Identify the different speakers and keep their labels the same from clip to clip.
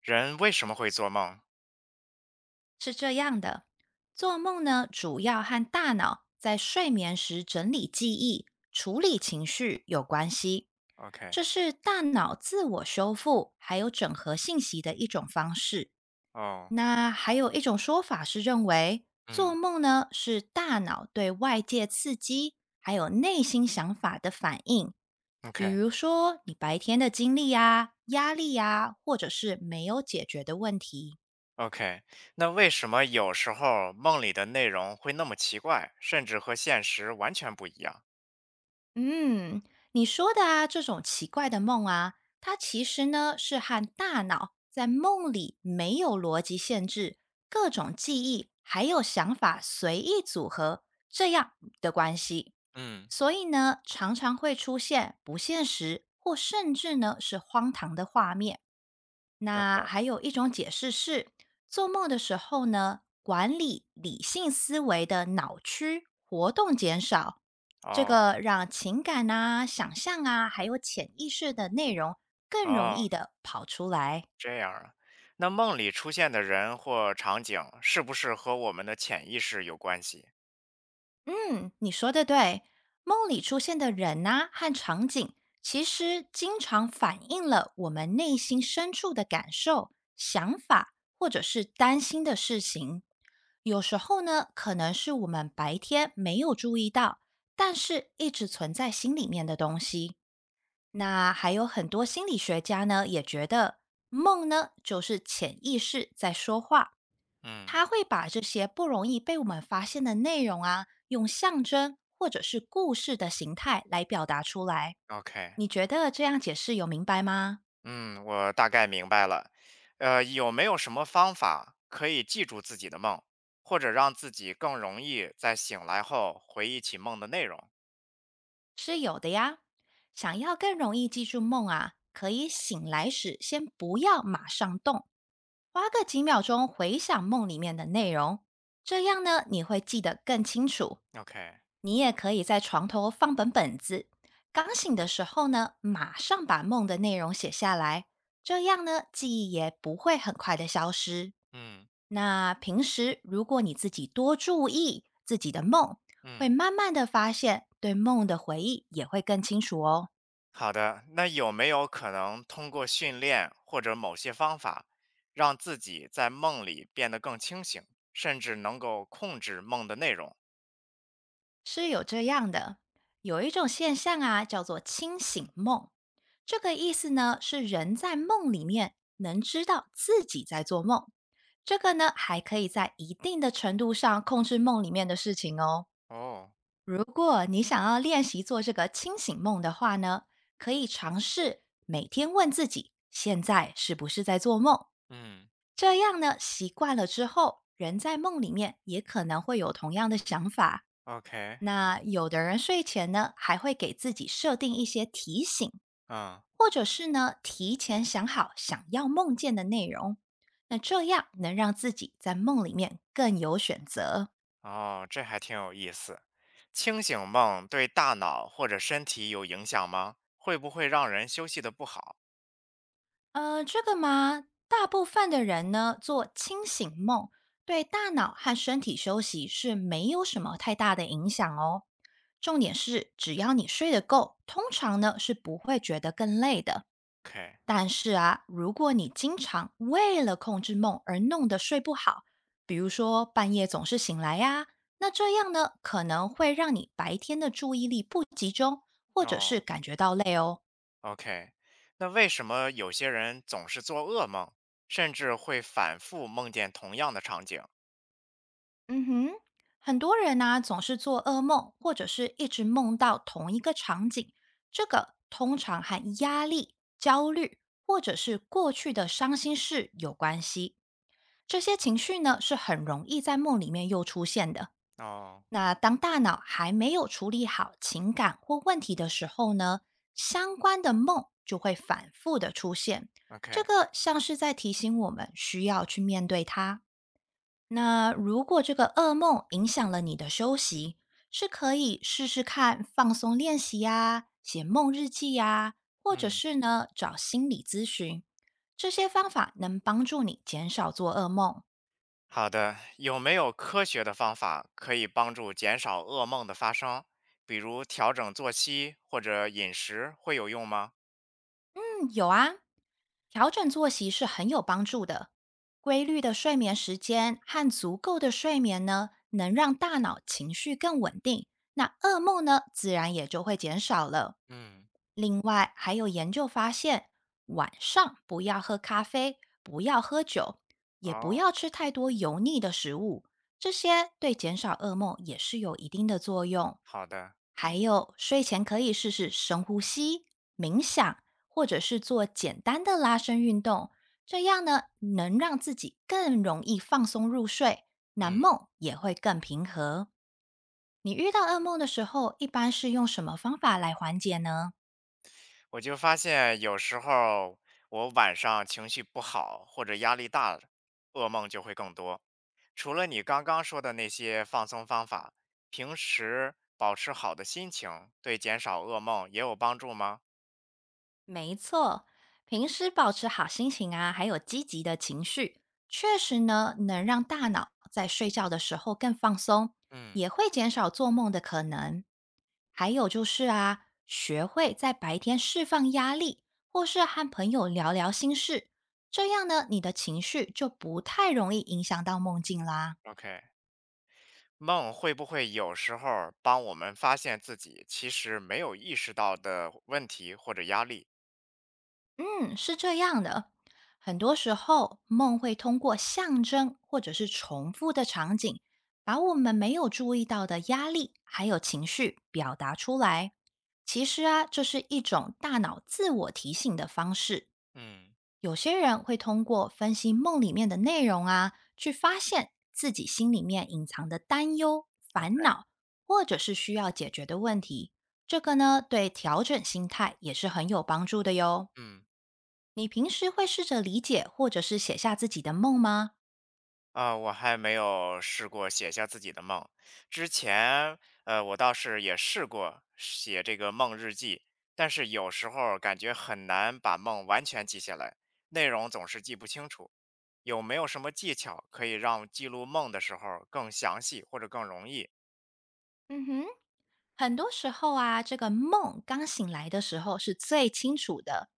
Speaker 1: 人为什么会做梦
Speaker 2: 是这样的，做梦呢，主要和大脑在睡眠时整理记忆、处理情绪有关系。
Speaker 1: ？OK。
Speaker 2: 这是大脑自我修复还有整合信息的一种方式。
Speaker 1: 哦。
Speaker 2: 那还有一种说法是认为，做
Speaker 1: 嗯
Speaker 2: 梦呢是大脑对外界刺激还有内心想法的反应，比如说你白天的经历呀、压力呀，或者是没有解决的问题。
Speaker 1: ，OK，OK。那为什么有时候梦里的内容会那么奇怪，甚至和现实完全不一样？
Speaker 2: 嗯，你说的啊，这种奇怪的梦啊，它其实呢是和大脑在梦里没有逻辑限制，各种记忆还有想法随意组合这样的关系，
Speaker 1: 嗯
Speaker 2: 所以呢常常会出现不现实或甚至呢是荒唐的画面。那
Speaker 1: ，OK。
Speaker 2: 还有一种解释是，做梦的时候呢，管理理性思维的脑区活动减少，这
Speaker 1: 哦。
Speaker 2: 个让情感啊、想象啊，还有潜意识的内容更容
Speaker 1: 哦，
Speaker 2: 易的跑出来。
Speaker 1: 这样啊。那梦里出现的人或场景是不是和我们的潜意识有关系？
Speaker 2: 嗯，你说的对。梦里出现的人呐、和场景，其实经常反映了我们内心深处的感受、想法，或者是担心的事情。有时候呢，可能是我们白天没有注意到，但是一直存在心里面的东西。那还有很多心理学家呢，也觉得梦呢就是潜意识在说话，
Speaker 1: 嗯
Speaker 2: 他会把这些不容易被我们发现的内容啊，用象征或者是故事的形态来表达出来。
Speaker 1: ，OK。
Speaker 2: 你觉得这样解释有明白吗？
Speaker 1: 嗯，我大概明白了。有没有什么方法可以记住自己的梦，或者让自己更容易在醒来后回忆起梦的内容
Speaker 2: 是有的呀。想要更容易记住梦啊，可以醒来时先不要马上动，花个几秒钟回想梦里面的内容，这样呢，你会记得更清楚，
Speaker 1: ？OK。
Speaker 2: 你也可以在床头放本本子，刚醒的时候呢，马上把梦的内容写下来，这样呢，记忆也不会很快的消失。
Speaker 1: 嗯
Speaker 2: 那平时如果你自己多注意自己的梦，会
Speaker 1: 嗯，
Speaker 2: 慢慢的发现对梦的回忆也会更清楚哦。
Speaker 1: 好的。那有没有可能通过训练或者某些方法，让自己在梦里变得更清醒，甚至能够控制梦的内容？
Speaker 2: 是有这样的，有一种现象啊，叫做清醒梦。这个意思呢，是人在梦里面能知道自己在做梦。这个呢，还可以在一定的程度上控制梦里面的事情哦。
Speaker 1: 哦。
Speaker 2: 如果你想要练习做这个清醒梦的话呢，可以尝试每天问自己，现在是不是在做梦？
Speaker 1: 嗯，
Speaker 2: 这样呢，习惯了之后，人在梦里面也可能会有同样的想法。
Speaker 1: ，OK。
Speaker 2: 那有的人睡前呢，还会给自己设定一些提醒，
Speaker 1: 嗯。
Speaker 2: 或者是呢，提前想好想要梦见的内容。那这样能让自己在梦里面更有选择。
Speaker 1: 哦，这还挺有意思。清醒梦对大脑或者身体有影响吗？会不会让人休息的不好
Speaker 2: 这个嘛，大部分的人呢做清醒梦，对大脑和身体休息是没有什么太大的影响哦。重点是，只要你睡得够，通常呢是不会觉得更累的。
Speaker 1: ？OK。
Speaker 2: 但是啊，如果你经常为了控制梦而弄得睡不好，比如说半夜总是醒来呀、那这样呢可能会让你白天的注意力不集中，或者是
Speaker 1: 哦
Speaker 2: 感觉到累哦。
Speaker 1: ，OK。那为什么有些人总是做噩梦，甚至会反复梦见同样的场景？
Speaker 2: 嗯哼，很多人呢、总是做噩梦，或者是一直梦到同一个场景，这个通常和压力、焦虑或者是过去的伤心事有关系。这些情绪呢是很容易在梦里面又出现的。
Speaker 1: 哦
Speaker 2: 那当大脑还没有处理好情感或问题的时候呢，相关的梦就会反复的出现。这
Speaker 1: ，OK。
Speaker 2: 个像是在提醒我们需要去面对它。那如果这个噩梦影响了你的休息，是可以试试看放松练习呀、写梦日记呀、或者
Speaker 1: 嗯。
Speaker 2: 是呢找心理咨询。这些方法能帮助你减少做噩梦。
Speaker 1: 好的。有没有科学的方法可以帮助减少噩梦的发生？比如调整作息或者饮食会有用吗？
Speaker 2: 嗯有啊，调整作息是很有帮助的。规律的睡眠时间和足够的睡眠呢，能让大脑情绪更稳定，那噩梦呢，自然也就会减少了。
Speaker 1: 嗯。
Speaker 2: 另外，还有研究发现，晚上不要喝咖啡，不要喝酒，也不
Speaker 1: 哦。
Speaker 2: 要吃太多油腻的食物，这些对减少噩梦也是有一定的作用。
Speaker 1: 好的。
Speaker 2: 还有，睡前可以试试深呼吸、冥想。或者是做简单的拉伸运动，这样呢能让自己更容易放松入睡，难
Speaker 1: 嗯。
Speaker 2: 梦也会更平和。你遇到噩梦的时候，一般是用什么方法来缓解呢？
Speaker 1: 我就发现有时候我晚上情绪不好或者压力大了，噩梦就会更多。除了你刚刚说的那些放松方法，平时保持好的心情对减少噩梦也有帮助吗？
Speaker 2: 没错，平时保持好心情啊，还有积极的情绪，确实呢能让大脑在睡觉的时候更放松，
Speaker 1: 嗯，
Speaker 2: 也会减少做梦的可能。还有就是啊，学会在白天释放压力，或是和朋友聊聊心事，这样呢，你的情绪就不太容易影响到梦境啦。
Speaker 1: ？OK。梦会不会有时候帮我们发现自己其实没有意识到的问题或者压力？
Speaker 2: 嗯，是这样的，很多时候梦会通过象征或者是重复的场景，把我们没有注意到的压力还有情绪表达出来。其实啊，这是一种大脑自我提醒的方式。
Speaker 1: 嗯
Speaker 2: 有些人会通过分析梦里面的内容啊，去发现自己心里面隐藏的担忧、
Speaker 1: ？OK。
Speaker 2: 烦恼，或者是需要解决的问题。这个呢，对调整心态也是很有帮助的哟。
Speaker 1: 嗯。
Speaker 2: 你平时会试着理解或者是写下自己的梦吗？
Speaker 1: 啊，我还没有试过写下自己的梦。之前，我倒是也试过写这个梦日记，但是有时候感觉很难把梦完全记下来，内容总是记不清楚。有没有什么技巧可以让记录梦的时候更详细或者更容易
Speaker 2: 嗯哼。很多时候啊，这个梦刚醒来的时候是最清楚的。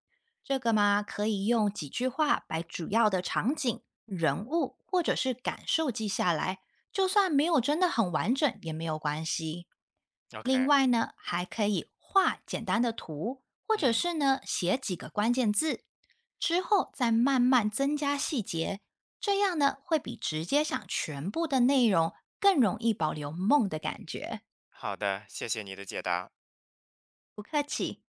Speaker 2: 这个嘛，可以用几句话把主要的场景、人物或者是感受记下来，就算没有真的很完整也没有关系。另
Speaker 1: ？OK。
Speaker 2: 外呢，还可以画简单的图，或者
Speaker 1: 嗯。
Speaker 2: 是呢写几个关键字，之后再慢慢增加细节，这样呢会比直接想全部的内容更容易保留梦的感觉。
Speaker 1: 好的，谢谢你的解答。
Speaker 2: 不客气。